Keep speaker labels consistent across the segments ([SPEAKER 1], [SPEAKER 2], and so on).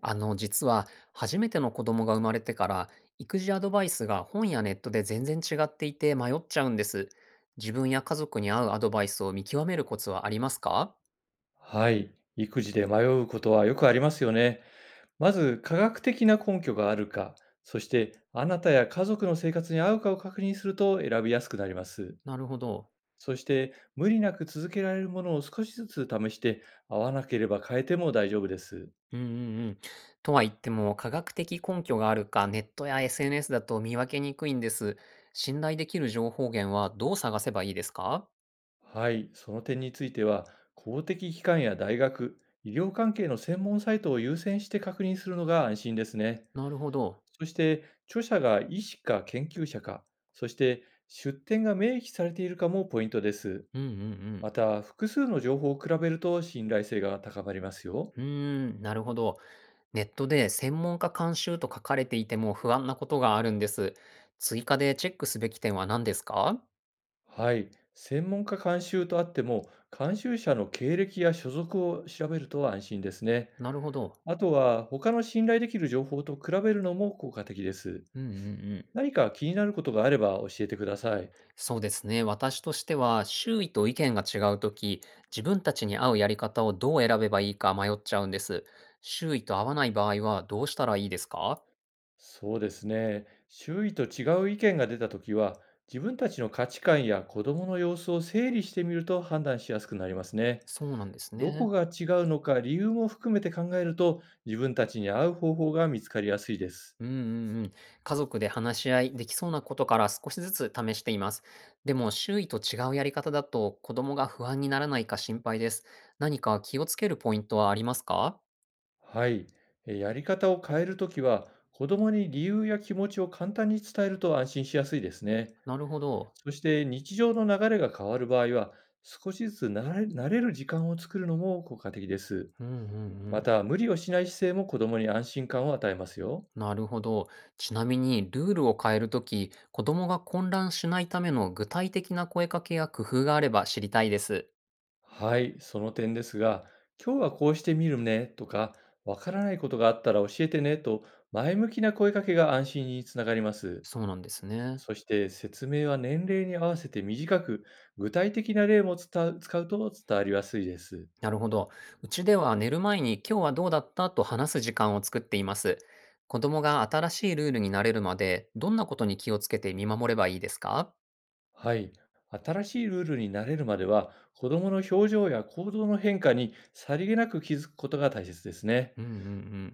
[SPEAKER 1] 実は初めての子供が生まれてから、育児アドバイスが本やネットで全然違っていて迷っちゃうんです。自分や家族に合うアドバイスを見極めるコツはありますか？
[SPEAKER 2] はい。育児で迷うことはよくありますよね。まず、科学的な根拠があるか、そして、あなたや家族の生活に合うかを確認すると選びやすくなります。
[SPEAKER 1] なるほど。
[SPEAKER 2] そして、無理なく続けられるものを少しずつ試して、合わなければ変えても大丈夫です。
[SPEAKER 1] うん、うん、うん。とは言っても、科学的根拠があるか、ネットや SNS だと見分けにくいんです。信頼できる情報源はどう探せばいいですか？
[SPEAKER 2] はい。その点については、公的機関や大学、医療関係の専門サイトを優先して確認するのが安心ですね。
[SPEAKER 1] なるほど。
[SPEAKER 2] そして、著者が医師か研究者か、そして出典が明記されているかもポイントです。
[SPEAKER 1] うん、うん、
[SPEAKER 2] また、複数の情報を比べると信頼性が高まりますよ。
[SPEAKER 1] うーん、なるほど。ネットで専門家監修と書かれていても不安なことがあるんです。追加でチェックすべき点は何ですか？
[SPEAKER 2] はい。専門家監修とあっても、監修者の経歴や所属を調べると安心ですね。
[SPEAKER 1] なるほど。
[SPEAKER 2] あとは、他の信頼できる情報と比べるのも効果的です。
[SPEAKER 1] うん、うん、うん。
[SPEAKER 2] 何か気になることがあれば教えてください。
[SPEAKER 1] そうですね。私としては、周囲と意見が違うとき、自分たちに合うやり方をどう選べばいいか迷っちゃうんです。周囲と合わない場合はどうしたらいいですか？
[SPEAKER 2] そうですね。周囲と違う意見が出たときは、自分たちの価値観や子供の様子を整理してみると判断しやすくなりますね。
[SPEAKER 1] そうなんです
[SPEAKER 2] ど
[SPEAKER 1] ね。
[SPEAKER 2] こが違うのか理由も含めて考えると、自分たちに合う方法が見つかりやすいです。
[SPEAKER 1] うん、うん、うん。家族で話し合いできそうなことから少しずつ試しています。でも周囲と違うやり方だと子供が不安にならないか心配です。何か気をつけるポイントはありますか？
[SPEAKER 2] はい。やり方を変えるときは、子供に理由や気持ちを簡単に伝えると安心しやすいですね。
[SPEAKER 1] なるほど。
[SPEAKER 2] そして日常の流れが変わる場合は、少しずつ慣れる時間を作るのも効果的です。
[SPEAKER 1] うん、うん、う
[SPEAKER 2] ま
[SPEAKER 1] ん。
[SPEAKER 2] た、無理をしない姿勢も子供に安心感を与えますよ。
[SPEAKER 1] なるほど。ちなみにルールを変えるとき、子供が混乱しないための具体的な声かけや工夫があれば知りたいです。
[SPEAKER 2] はい、その点ですが、今日はこうしてみるねとか、わからないことがあったら教えてねと、前向きな声かけが安心につながります。
[SPEAKER 1] そうなんですね。
[SPEAKER 2] そして、説明は年齢に合わせて短く、具体的な例も使うと伝わりやすいです。
[SPEAKER 1] なるほど。うちでは寝る前に今日はどうだったと話す時間を作っています。子供が新しいルールになれるまで、どんなことに気をつけて見守ればいいですか？
[SPEAKER 2] はい、新しいルールに慣れるまでは、子供の表情や行動の変化にさりげなく気づくことが大切ですね。
[SPEAKER 1] うん、うん、う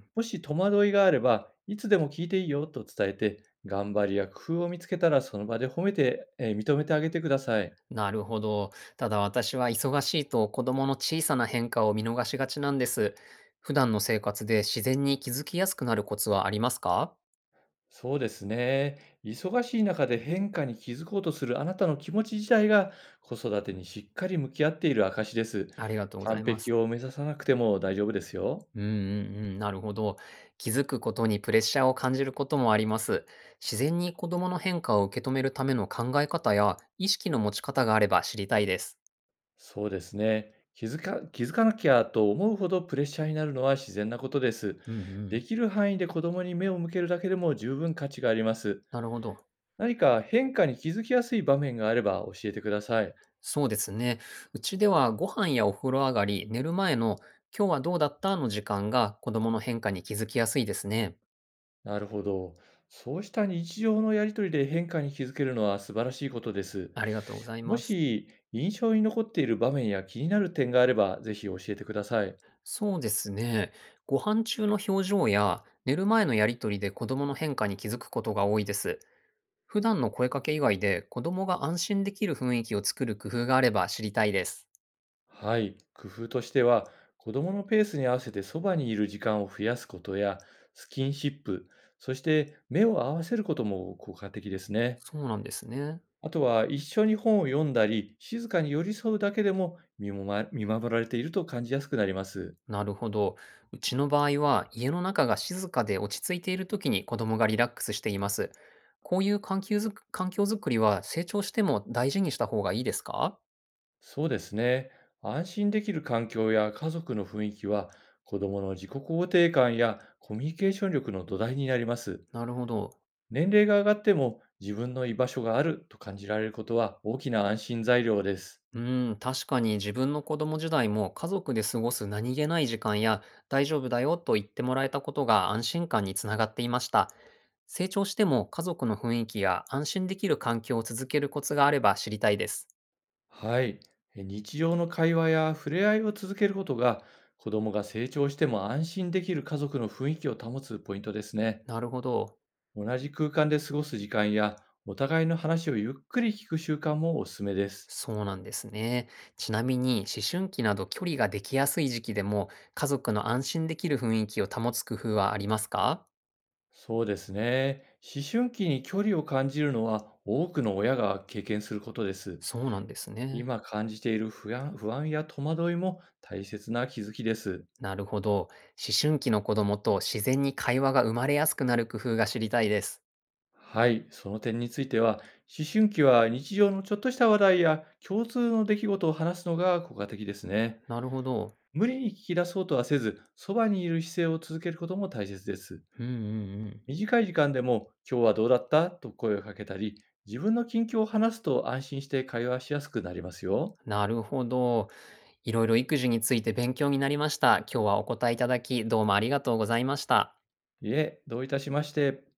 [SPEAKER 1] ん。
[SPEAKER 2] もし戸惑いがあれば、いつでも聞いていいよと伝えて、頑張りや工夫を見つけたらその場で褒めて、認めてあげてください。
[SPEAKER 1] なるほど。ただ私は忙しいと子供の小さな変化を見逃しがちなんです。普段の生活で自然に気づきやすくなるコツはありますか？
[SPEAKER 2] そうですね。忙しい中で変化に気づこうとするあなたの気持ち自体が、子育てにしっかり向き合っている証です。
[SPEAKER 1] ありがとうござ
[SPEAKER 2] 完
[SPEAKER 1] いま
[SPEAKER 2] 璧
[SPEAKER 1] す。
[SPEAKER 2] を目指さなくても大丈夫ですよ。
[SPEAKER 1] うん、うん、うん、なるほど。気づくことにプレッシャーを感じることもあります。自然に子供の変化を受け止めるための考え方や意識の持ち方があれば知りたいです。
[SPEAKER 2] そうですね。気づかなきゃと思うほどプレッシャーになるのは自然なことです。
[SPEAKER 1] うん、う
[SPEAKER 2] で
[SPEAKER 1] ん。
[SPEAKER 2] きる範囲で子供に目を向けるだけでも十分価値があります。
[SPEAKER 1] なるほど。
[SPEAKER 2] 何か変化に気づきやすい場面があれば教えてください。
[SPEAKER 1] そうですね。うちではご飯やお風呂上がり、寝る前の今日はどうだったの時間が子供の変化に気づきやすいですね。
[SPEAKER 2] なるほど。そうした日常のやりとりで変化に気づけるのは素晴らしいことです。
[SPEAKER 1] ありがとうござい
[SPEAKER 2] も
[SPEAKER 1] ます。
[SPEAKER 2] し印象に残っている場面や気になる点があれば、ぜひ教えてください。
[SPEAKER 1] そうですね。ご飯中の表情や寝る前のやりとりで子供の変化に気づくことが多いです。普段の声かけ以外で、子供が安心できる雰囲気を作る工夫があれば知りたいです。
[SPEAKER 2] はい。工夫としては、子供のペースに合わせてそばにいる時間を増やすことや、スキンシップ、そして目を合わせることも効果的ですね。
[SPEAKER 1] そうなんですね。
[SPEAKER 2] あとは一緒に本を読んだり、静かに寄り添うだけでも、見もま見守られていると感じやすくなります。
[SPEAKER 1] なるほど。うちの場合は、家の中が静かで落ち着いている時に子供がリラックスしています。こういう環境づくりは成長しても大事にした方がいいですか？
[SPEAKER 2] そうですね。安心できる環境や家族の雰囲気は、子どもの自己肯定感やコミュニケーション力の土台になります。
[SPEAKER 1] なるほど。
[SPEAKER 2] 年齢が上がっても自分の居場所があると感じられることは、大きな安心材料です。
[SPEAKER 1] うーん、確かに自分の子供時代も家族で過ごす何気ない時間や大丈夫だよと言ってもらえたことが安心感につながっていました。成長しても家族の雰囲気や安心できる環境を続けるコツがあれば知りたいです。
[SPEAKER 2] はい。日常の会話や触れ合いを続けることが、子どもが成長しても安心できる家族の雰囲気を保つポイントですね。
[SPEAKER 1] なるほど。
[SPEAKER 2] 同じ空間で過ごす時間や、お互いの話をゆっくり聞く習慣もおすすめです。
[SPEAKER 1] そうなんですね。ちなみに思春期など距離ができやすい時期でも家族の安心できる雰囲気を保つ工夫はありますか？
[SPEAKER 2] そうですね。思春期に距離を感じるのは、多くの親が経験することです。
[SPEAKER 1] そうなんですね。
[SPEAKER 2] 今感じている不安や戸惑いも大切な気づきです。
[SPEAKER 1] なるほど。思春期の子供と自然に会話が生まれやすくなる工夫が知りたいです。
[SPEAKER 2] はい、その点については、思春期は日常のちょっとした話題や共通の出来事を話すのが効果的ですね。
[SPEAKER 1] なるほど。
[SPEAKER 2] 無理に聞き出そうとはせず、そばにいる姿勢を続けることも大切です。
[SPEAKER 1] うん、うん、うん。
[SPEAKER 2] 短い時間でも「今日はどうだった？」と声をかけたり、自分の近況を話すと安心して会話しやすくなりますよ。
[SPEAKER 1] なるほど。いろいろ育児について勉強になりました。今日はお答えいただき、どうもありがとうございました。
[SPEAKER 2] いえ、どういたしまして。